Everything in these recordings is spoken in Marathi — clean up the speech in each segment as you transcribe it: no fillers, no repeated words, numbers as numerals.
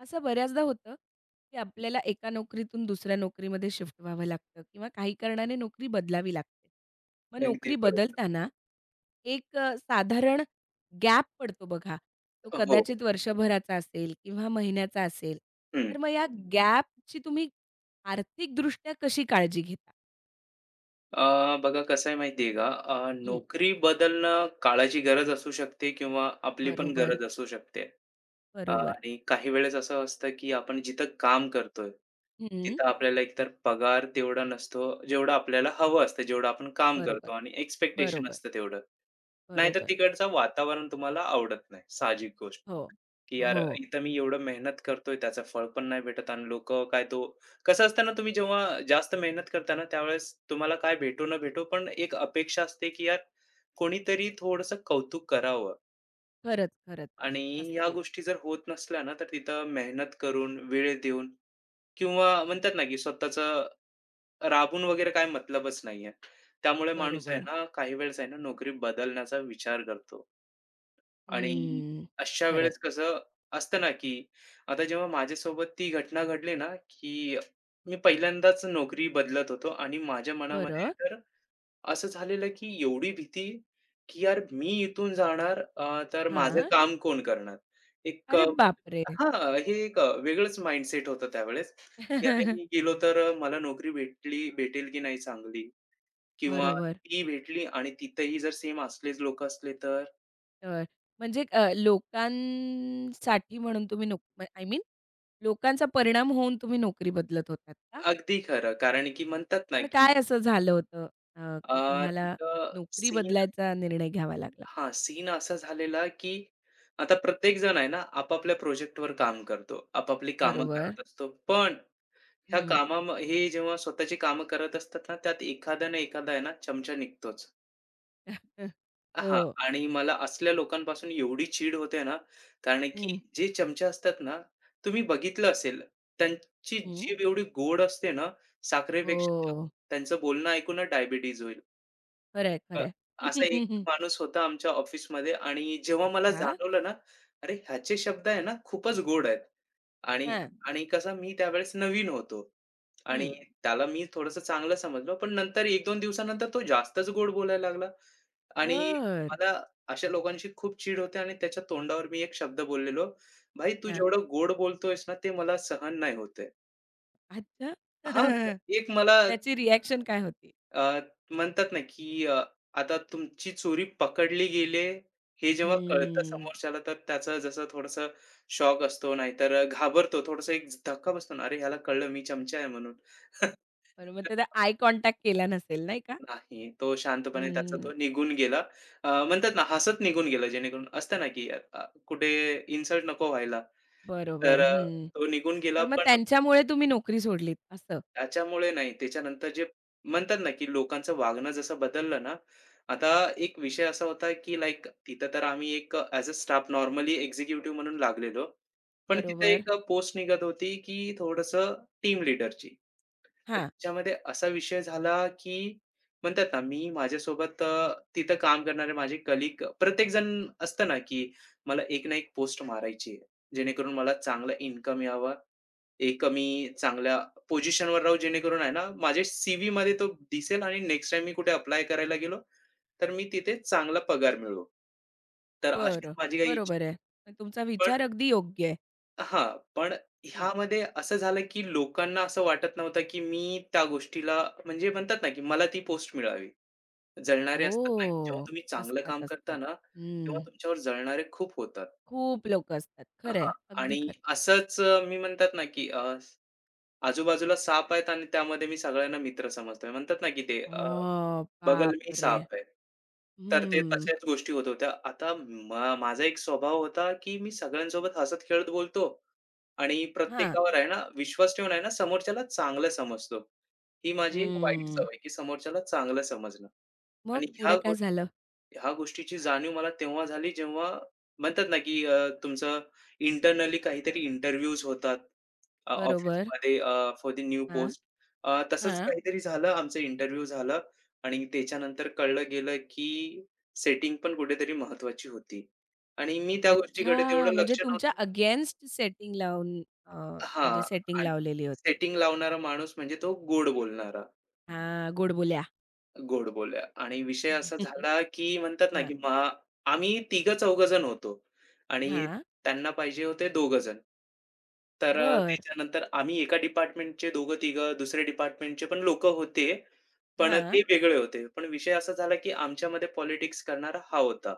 असं बऱ्याचदा होतं, की आपल्याला एका नोकरीतून दुसऱ्या नोकरीमध्ये शिफ्ट व्हावं लागतं किंवा काही कारणाने नोकरी बदलावी लागते. मग अगदी नोकरी बरोबर. बदलताना एक साधारण गॅप पडतो बघा. तो हो. कदाचित वर्षभराचा असेल किंवा महिन्याचा असेल. हं. तर मग या गॅपची तुम्ही आर्थिकदृष्ट्या कशी काळजी घेता? बघा कसं आहे माहिती का, हं, नोकरी बदलणं काळाची गरज असू शकते किंवा आपली पण बरोबर, गरज असू शकते. बरोबर. आणि काही वेळेस असं असतं, की आपण जिथं काम करतोय, हं, तिथं आपल्याला एकतर पगार तेवढा नसतो, जेवढं आपल्याला हवं असतं, जेवढं आपण काम करतो बरोबर, आणि एक्स्पेक्टेशन बरोबर, असतं तेवढं. नाहीतर बरोबर. तिकडचं वातावरण तुम्हाला आवडत नाही, साहजिक गोष्ट. हो, की यार हो. इथं मी एवढं मेहनत करतोय त्याचं फळ पण नाही भेटत आणि लोक काय तो कसं असतं ना तुम्ही जेव्हा जास्त मेहनत करता ना त्यावेळेस तुम्हाला काय भेटू न भेटो पण एक अपेक्षा असते की यार कोणीतरी थोडंसं कौतुक करावं. खरंच, खरंच. आणि या असतेच. गोष्टी जर होत नसल्या ना तर तिथं मेहनत करून वेळ देऊन किंवा म्हणतात ना की स्वतःच राबून वगैरे काय मतलबच नाहीये. त्यामुळे माणूस आहे बरोबर. ना काही वेळेस आहे ना नोकरी बदलण्याचा विचार करतो. आणि हम्म, अशा खरं आहे. वेळेस कसं असतं ना, की आता जेव्हा माझ्यासोबत ती घटना घडली ना, की मी पहिल्यांदाच नोकरी बदलत होतो आणि माझ्या मनामध्ये बरं. तर असं झालेलं, की एवढी भीती, की यार मी इथून जाणार तर माझं हां. काम कोण करणार? एक अरे बापरे! हां, हे एक वेगळंच माइंडसेट होतं त्यावेळेस, की अरे मी गेलो तर मला नोकरी भेटली भेटेल की नाही चांगली? किंवा बरोबर. ती भेटली आणि तिथेही जर सेम असलेच लोकं असले तर? तर म्हणजे लोकांसाठी म्हणून तुम्ही नोक आय मीन लोकांचा परिणाम होऊन तुम्ही नोकरी बदलत होतात का? अगदी खरं. कारण की म्हणतात ना, पण की काय असं झालं होतं की अ, तुम्हाला तिथं नोकरी सीन बदलायचा निर्णय घ्यावा लागला? हां, सीन असा झालेला, की आता प्रत्येक जण आहे ना, आपापल्या प्रोजेक्टवर काम करतो. आपापली कामं बरोबर. करत असतो. पण ह्या हं. कामा हे जेव्हा स्वतःची कामं करत असतात ना, त्यात एखादा ना एखादा आहे ना, चमचा निघतोच. हां. हो. आणि मला असल्या लोकांपासून एवढी चीड होते ना, कारण की हं, जे चमचे असतात ना, तुम्ही बघितलं असेल, त्यांची हं. जीभ एवढी गोड असते ना, साखरेपेक्षा जास्त. हो. त्यांचं बोलणं ऐकून डायबिटीज होईल. खरं आहे, अ, खरं आहे. असा एक माणूस होता आमच्या ऑफिसमध्ये आणि जेव्हा मला अच्छा. जाणवलं ना, अरे ह्याचे शब्द आहे ना खूपच गोड आहेत. आणि हां. आणि कसं मी त्यावेळेस नवीन होतो आणि हं. त्याला मी थोडंसं चांगलं समजलो. पण नंतर 1-2 दिवसानंतर तो जास्तच गोड बोलायला लागला आणि बरं. मला अशा लोकांची खूप चीड होते आणि त्याच्या तोंडावर मी एक शब्द बोललेलो, "भाई तू जेवढं गोड बोलतोयस ना, ते मला सहन नाही होत आहे." अच्छा! एक मला त्याची रिएक्शन काय होती? अ, म्हणतात ना, की आता तुमची चोरी पकडली गेले आहे, हे जेव्हा कळतं हम्म. समोरच्याला, तर त्याचं जसं थोडंसं शॉक असतो, नाहीतर घाबरतो. थोडासा एक धक्का बसतो ना, "अरे, ह्याला कळलं मी चमचा आहे म्हणून." बरं, मग त्याचा आय कॉन्टॅक्ट केला नसेल नाही का? नाही, तो शांतपणे त्याचा तो हम्म. निघून गेला. म्हणतात ना, हसत निघून गेला, जेणेकरून असतं ना, की कुठे इन्सल्ट नको व्हायला. तर बरोबर. हं. तो निघून गेला तर मग पण त्यांच्यामुळे तुम्ही नोकरी सोडलीत असं? त्याच्यामुळे नाही. त्याच्यानंतर जे म्हणतात ना, की लोकांचं वागणं जसं बदललं ना, आता एक विषय असा होता, की लाइक तिथं तर आम्ही एक as a staff normally executive म्हणून लागलेलो. पण तिथे बरोबर. एक पोस्ट निघत होती, की थोड़स टीम लीडरची. तर हां. तिच्यामध्ये असा विषय झाला, की म्हणतात ना, मी माझ्यासोबत तिथं काम करणारे माझे कलीग प्रत्येकजण असतं ना, की मला एक ना एक पोस्ट मारायची आहे. जेणेकरून मला चांगला इन्कम यावा. एक मी चांगल्या पोझिशनवर राहू जेणेकरून आहे ना, माझे सी-व्हीमध्ये तो दिसेल आणि नेक्स्ट टाईम मी कुठे अप्लाय करायला गेलो, तर मी तिथे चांगला पगार मिळवू. तर अशीच बरं. माझी काही इच्छा. बरोबर आहे. पण तुमचा पण विचार अगदी योग्य आहे. हां, पण हं. ह्यामध्ये असं झालं, की लोकांना असं वाटत नव्हतं, की मी त्या गोष्टीला म्हणजे म्हणतात ना, की मला ती पोस्ट मिळावी. जळणारे असतात ना, की जेव्हा ओह! तुम्ही चांगलं काम असतात, करता असतात. ना, तेव्हा हं. तुमच्यावर जळणारे खूप होतात. खूप लोकं असतात. खरं आहे. हां, अगदी आणि खरं आहे. असंच मी म्हणतात ना, की आजूबाजूला साप आहेत आणि त्यामध्ये मी सगळ्यांना मित्र समजतोय. म्हणतात ना, की ते बगल में बापरे! साप है. तर ते हं. तशाच गोष्टी होत होत्या. आता माझा एक स्वभाव होता, की मी सगळ्यांसोबत हसत-खेळत बोलतो आणि हां. प्रत्येकावर आहे ना, विश्वास ठेवून आहे ना, समोरच्याला चांगलं समजतो. ही माझी एक वाईट हं. सवय, की समोरच्याला चांगलं समजणं. मग आणि पुढे काय झालं? ह्या गोष्टीची जाणीव मला तेव्हा झाली जेव्हा म्हणतात ना, की तुमचं इंटरनली काहीतरी इंटरव्ह्यूज होतात बरोबर. ऑफिसमध्ये फॉर द न्यू हां, पोस्ट. तसंच हां. काहीतरी झालं, आमचं इंटरव्ह्यू झाला आणि त्याच्यानंतर कळलं गेलं, की सेटिंग पण कुठेतरी महत्त्वाची होती आणि मी त्या गोष्टीकडे अच्छा, तेवढं म्हणजे लक्ष नव्हतं. तुमच्या अगेन्स्ट सेटिंग लावून हां. म्हणजे सेटिंग आणि लावलेली होती. सेटिंग लावणारा माणूस म्हणजे तो गोड बोलणारा. हां, गोडबोल्या. गोड बोलल्या आणि विषय असा झाला, की म्हणतात ना, की हां, मग आम्ही तिघं चौघं जण होतो आणि हां. त्यांना पाहिजे होते दोघं जण. तर बरं. त्याच्यानंतर आम्ही एका डिपार्टमेंटचे दोघं-तिघं, दुसऱ्या डिपार्टमेंटचे पण लोकं होते. पण ते हां. वेगळे होते. पण विषय असा झाला, की आमच्यामध्ये पॉलिटिक्स करणारा हा होता.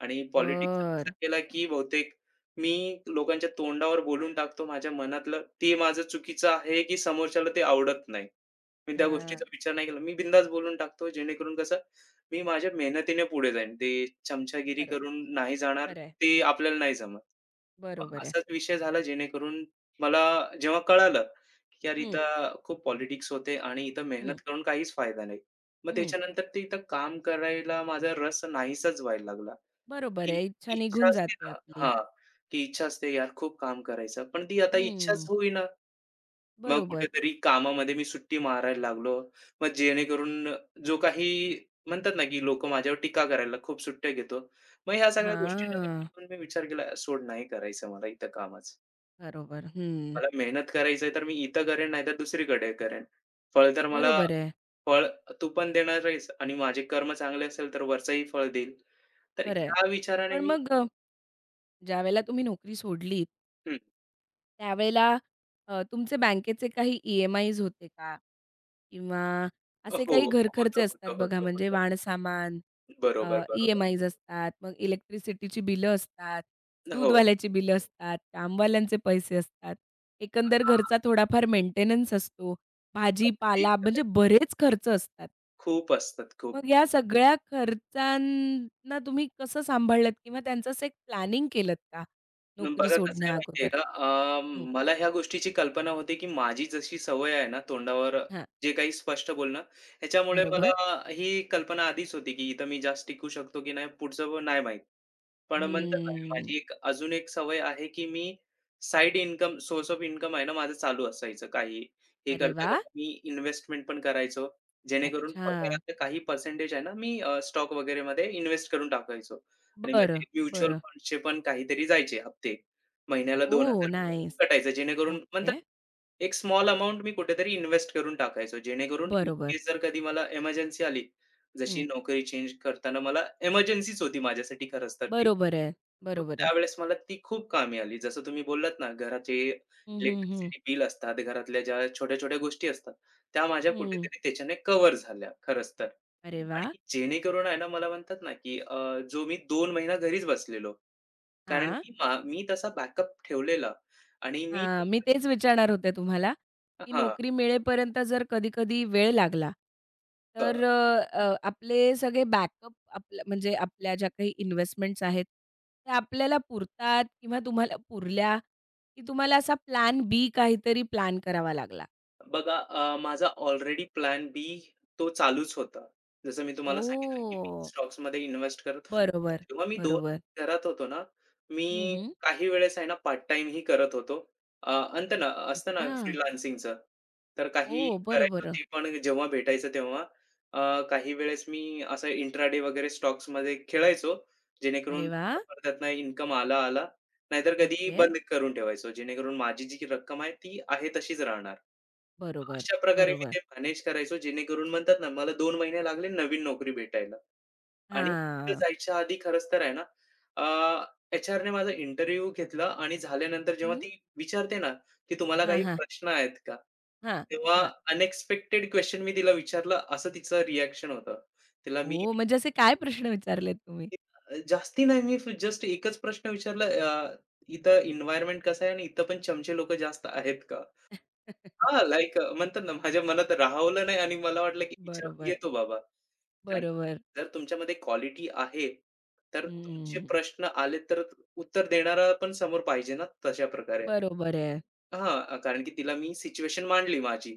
आणि पॉलिटिक्स असा बरं. केला की बहुतेक मी लोकांच्या तोंडावर बोलून टाकतो माझ्या मनातलं. ते माझं चुकीचं आहे की समोरच्याला ते आवडत नाही. मी त्या हां. गोष्टीचा विचार नाही केला. मी बिनधास्त बोलून टाकतो जेणेकरून कसं मी माझ्या मेहनतीने पुढे जाईन. ते चमचागिरी खरं, करून नाही जाणार. खरं आहे. ते आपल्याला नाही जमत. मग बरोबर आहे. असाच विषय झाला जेणेकरून मला जेव्हा कळालं, की यार हं, इथं खूप पॉलिटिक्स होते आणि इथं हं, मेहनत करून काहीच फायदा नाही. मग हं. त्याच्यानंतर ते इथं काम करायला माझा रस नाहीसाच व्हायला लागला. बरोबर ती आहे. इच्छा इच्छा निघून असते जाते ना आपली. हां, की इच्छा असते यार खूप काम करायचं. पण ती आता इच्छाच हं. होईना. मग बरोबर. कुठेतरी कामामध्ये मी सुट्टी मारायला लागलो. मग जेणेकरून जो काही म्हणतात ना, की लोकं माझ्यावर टीका करायला खूप सुट्ट्या घेतो. मग ह्या सगळ्या गोष्टींना हां. कंटाळून मी विचार केला, सोड नाही करायचं मला इथं कामच. बरोबर. हं. मला मेहनत करायचंय तर मी इथं करेन नाहीतर दुसरीकडे करेन. फळ तर मला बरोबर आहे. फळ तू पण देणार आहेस आणि माझे कर्म चांगले असेल तर वरचंही फळ देईल. तर खरं आहे. ह्या विचाराने पण मी मग ज्यावेळेला तुम्ही नोकरी सोडलीत हं. त्यावेळेला तुमचे बँकेचे काही EMIs होते का? किंवा हो, असे काही होतं, घरखर्चे असतात होतं, बघा होतं, म्हणजे होतं. वाणसामान, अ, बरोबर, बरोबर. EMIs असतात, मग इलेक्ट्रिसिटीची बिलं असतात, हो. दूधवाल्याची बिलं असतात, कामवाल्यांचे पैसे असतात. एकंदर आता घरचा थोडाफार मेंटेनन्स असतो. अगदी भाजीपाला म्हणजे खरंय. बरेच खर्च असतात. खूप असतात, खूप. मग या सगळ्या खर्चांना तुम्ही कसं सांभाळलत किंवा त्यांचं असं एक प्लॅनिंग केलत का? अन नोकरी बघा कसं आहे माहिती सोडण्याअगोदर? का, अ, हं, मला ह्या गोष्टीची कल्पना होती, की माझी जशी सवय आहे ना तोंडावर हां. जे काही स्पष्ट बोलणं, ह्याच्यामुळे मला बरोबर. ही कल्पना आधीच होती, की इथं मी जास्त टिकू शकतो की नाही पुढचं पण नाही माहीत. पण म्हणतात ना, हम्म. माझी एक अजून एक सवय आहे, की मी side income, source of income आहे ना, माझं चालू असायचं काही. हे अरे वाह! करता-करता मी इन्व्हेस्टमेंट पण करायचो. जेणेकरून अच्छा. पगारातले काही पर्सेंटेज आहे ना, मी स्टॉक वगैरेमध्ये इन्व्हेस्ट करून टाकायचो आणि बरं, माझे म्युच्युअल बरं. फंड्सचे पण काहीतरी जायचे हप्ते. महिन्याला ओह! ₹2,000 नाईस. कटायचं जेणेकरून म्हणतात ओके. एक स्मॉल अमाउंट मी कुठेतरी इन्व्हेस्ट करून टाकायचो. जेणेकरून इन बरोबर. केस जर कधी मला एमर्जन्सी आली, जशी हं. नोकरी चेंज करताना मला एमर्जन्सीच होती माझ्यासाठी खरंच तर ती. बरोबर आहे. मग बरोबर आहे. त्यावेळेस मला ती खूप कामी आली. जसं तुम्ही बोललात ना, घराचे हं, हं, हं. इलेक्ट्रिसिटी बिल असतात, घरातल्या ज्या छोट्या-छोट्या गोष्टी असतात, त्या माझ्या हं. कुठेतरी त्याच्याने कव्हर झाल्या खरंच तर. अरे वाह! आणि जेणेकरून आहे ना, मला म्हणतात ना, की जो मी 2 महिना घरीच बसलेलो. कारण हां. की मी तसा बॅकअप ठेवलेला आणि मी हां, मी तेच विचारणार होते तुम्हाला, की हां. नोकरी मिळेपर्यंत जर कधी-कधी वेळ लागला, तर अ, अ, आपले सगळे बॅकअप आपल्या म्हणजे आपल्या ज्या काही इन्व्हेस्टमेंट्स आहेत, त्या आपल्याला पुरतात किंवा तुम्हाला पुरल्या, की तुम्हाला असा प्लॅन बी काहीतरी प्लॅन करावा लागला? बघा माझा ऑलरेडी प्लॅन बी तो चालूच होता. जसं मी तुम्हाला सांगितलं, की मी ओह! स्टॉक्समध्ये इन्व्हेस्ट करत होतो. बरोबर, जेव्हा मी 2 बरोबर. घरात होतो ना, हं, मी हं. काही वेळेस आहे ना पार्ट टाईमही करत होतो. अ, अंत ना असतं ना अच्छा. फ्रीलान्सिंगचं. तर हो, काही बरं, करायचो बरं. ते पण जेव्हा भेटायचं तेव्हा. काही वेळेस मी असं इंट्राडे वगैरे स्टॉक्समध्ये खेळायचो, अरे जेणेकरून वाह! थोडंफार त्यातनं इन्कम आला, आला. नाहीतर कधी ओके. बंद करून ठेवायचो, जेणेकरून माझी जी रक्कम आहे ती आहे तशीच राहणार. बरोबर, अशा प्रकारे मी बरोबर. ते मॅनेज करायचो जेणेकरून म्हणतात ना, मला 2 महिने लागले नवीन नोकरी भेटायला. आणि तिथं हां. जायच्या आधी खरंच तर आहे ना, अ, एचआरने माझा इंटरव्ह्यू घेतला आणि झाल्यानंतर जेव्हा हं. ती विचारते ना, की "तुम्हाला हां, काही हां. प्रश्न आहेत का?" हां, तेव्हा हां. अनएक्सपेक्टेड क्वेशन मी तिला विचारला असं तिचं रिएक्शन होतं. तिला मी हो, म्हणजे असे काय प्रश्न विचारलेत तुम्ही? जास्ती नाही मी जस्ट एकच प्रश्न विचारला, इथं एन्व्हायर्नमेंट कसं आहे आणि इथं पण चमचे लोकं जास्त आहेत का?" हां, लाइक म्हणतात ना, माझ्या मनात राहवलं नाही आणि मला वाटलं, की विचारून बरोबर, घेतो बाबा. आणि बरोबर. जर तुमच्यामध्ये क्वालिटी आहे, तर तुमचे हं, प्रश्न आले तर उत्तर देणारा पण समोर पाहिजे ना, तशा प्रकारे. बरोबर आहे. हां, कारण की तिला मी सिच्युएशन मांडली माझी,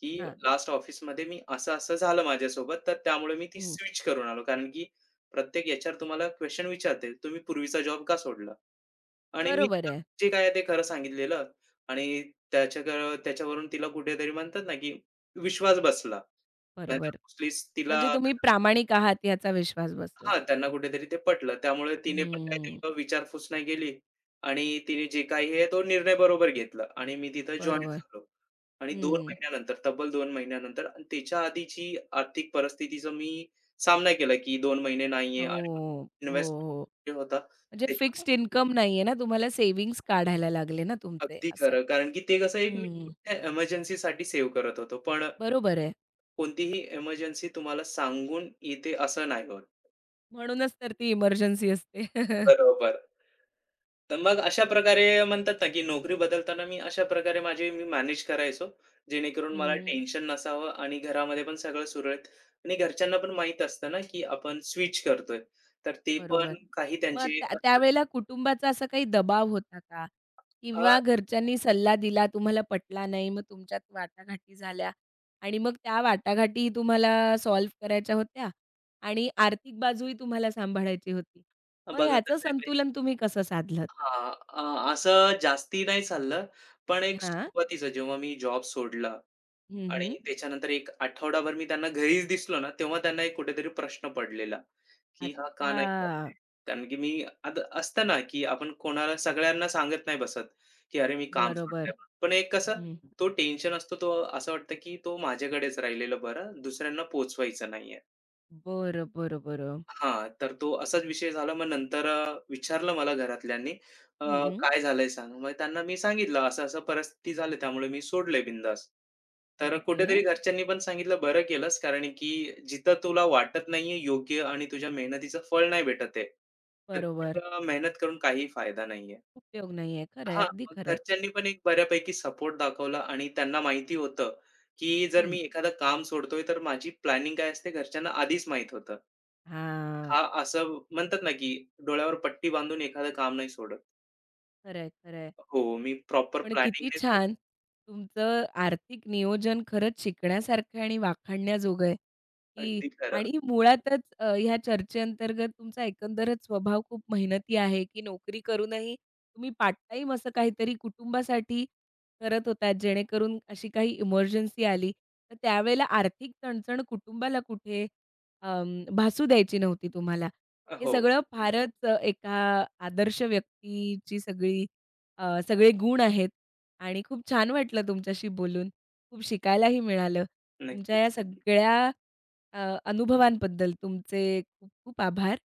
की हं. हां, लास्ट ऑफिसमध्ये मी असं-असं झालं माझ्यासोबत, तर त्यामुळे मी ती हं. स्विच करून आलो. कारण की प्रत्येक एचआर तुम्हाला क्वेशन विचारतील, "तुम्ही पूर्वीचा जॉब का सोडला?" आणि मी बरोबर तिला आहे, जे काय आहे ते खरं सांगितलेलं आणि त्याच्यावरून तिला कुठेतरी म्हणतात ना, की विश्वास बसला. नाहीतर बरोबर. मोस्टली तिला म्हणजे तुम्ही प्रामाणिक आहात याचा विश्वास बसला. हां, त्यांना कुठेतरी ते पटलं. त्यामुळे तिने पण काही हं, तेवढं विचारपूस नाही केली आणि तिने जे काही आहे तो निर्णय बरोबर घेतला आणि मी तिथं जॉइन बरोबर. झालो. आणि 2 हं. महिन्यानंतर, तब्बल 2 महिन्यानंतर आणि त्याच्या आधीची आर्थिक परिस्थितीचा मी सामना केला, की 2 महिने नाहीये हो, आणि हो, हो. इन्व्हेस्टमेंट जे होता म्हणजे ते पण फिक्स्ड इन्कम नाहीये ना, तुम्हाला सेव्हिंग्ज काढायला लागले ना तुमचे अगदी असं. खरं. कारण की ते कसं एक मी हं, मोठ्या एमर्जन्सीसाठी सेव्ह करत होतो. पण बरोबर आहे. कोणतीही एमर्जन्सी तुम्हाला सांगून येते असं नाही होत. म्हणूनच तर ती इमर्जन्सी असते. बरोबर. तर मग अशा प्रकारे म्हणतात ना, की नोकरी बदलताना मी अशा प्रकारे माझे मी मॅनेज करायचो, जेणेकरून मला हं. टेन्शन नसावं आणि घरामध्ये पण सगळं सुरळीत आणि घरच्यांना पण माहीत असतं ना, की आपण स्विच करतोय. तर ते बरोबर. पण काही मग त्यांचे त्या असतात. त्यावेळेला कुटुंबाचा असा काही दबाव होता का? अ, किंवा घरच्यांनी सल्ला दिला, तुम्हाला पटला नाही, मग तुमच्यात वाटाघाटी झाल्या आणि मग त्या वाटाघाटी तुम्हाला सॉल्व्ह करायच्या होत्या आणि आर्थिक बाजूही तुम्हाला सांभाळायची होती. मग बघा ह्याचं कसं आहे माहिती संतुलन तुम्ही कसं साधलंत? हां, असं जास्ती नाही चाललं, पण एक हां. सुरुवातीचं जेव्हा मी जॉब सोडला हं, हं. आणि त्याच्यानंतर एक आठवडाभर मी त्यांना घरीच दिसलो ना, तेव्हा त्यांना एक कुठेतरी प्रश्न पडलेला, की हा का नाही करत अच्छा. आहे? कारण की मी आता असतं ना, की आपण कोणाला सगळ्यांना सांगत नाही बसत, की "अरे, मी काम बरोबर. सोडलंय." म्हणून. पण एक कसं हं. तो टेन्शन असतो, तो असं वाटतं, की तो माझ्याकडेच राहिलेलं बरं, दुसऱ्यांना पोहोचवायचं नाहीये. बरं, बरं, बरं. हां, तर तो असाच विषय झाला. मग नंतर विचारलं मला घरातल्यांनी, अ, हं. "काय झालंय सांग?" मग त्यांना मी सांगितलं, "असं-असं परिस्थिती झाली, त्यामुळे मी सोडलंय बिंदास." तर ओके. कुठेतरी घरच्यांनी पण सांगितलं, "बरं केलंस, कारण की जिथं तुला वाटत नाहीये योग्य आणि तुझ्या मेहनतीचं फळ नाही भेटत आहे, तर बरोबर. तुला मेहनत करून काही फायदा नाहीये." उपयोग नाहीये. खरं हां, अगदी मग खरं आहे. घरच्यांनी पण एक बऱ्यापैकी सपोर्ट दाखवला आणि त्यांना माहिती होतं, की जर हं. मी एखादं काम सोडतोय, तर माझी प्लॅनिंग काय असते घरच्यांना आधीच माहीत होतं. हां, असं म्हणतात ना, की डोळ्यावर पट्टी बांधून एखादं काम नाही सोडत. खरंय, खरंय. हो, मी प्रॉपर पण किती प्लॅनिंगनेच छान! तुमचं आर्थिक नियोजन खरंच शिकण्यासारखं आहे आणि वाखाणण्याजोगं आहे, की अगदी खरं. आणि मुळातच ह्या चर्चेअंतर्गत तुमचा एकंदरच स्वभाव खूप मेहनती आहे, की नोकरी करूनही तुम्ही पार्ट टाईम असं काहीतरी कुटुंबासाठी करत होतात, जेणेकरून अशी काही इमर्जन्सी आली, तर त्यावेळेला आर्थिक चणचण कुटुंबाला कुठे भासू द्यायची नव्हती तुम्हाला. हे हो, सगळं फारच एका आदर्श व्यक्तीची सगळी सगळे गुण आहेत आणि खूप छान वाटलं तुमच्याशी बोलून. खूप शिकायलाही मिळालं. तुमच्या या नक्कीच, नक्कीच. सगळ्या अ, अनुभवांबद्दल तुमचे खूप खूप आभार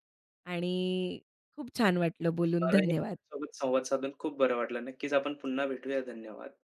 आणि खूप छान वाटलं बोलून. मलाही धन्यवाद. तुमच्यासोबत संवाद साधून खूप बरं वाटलं. नक्कीच आपण पुन्हा भेटूया. धन्यवाद.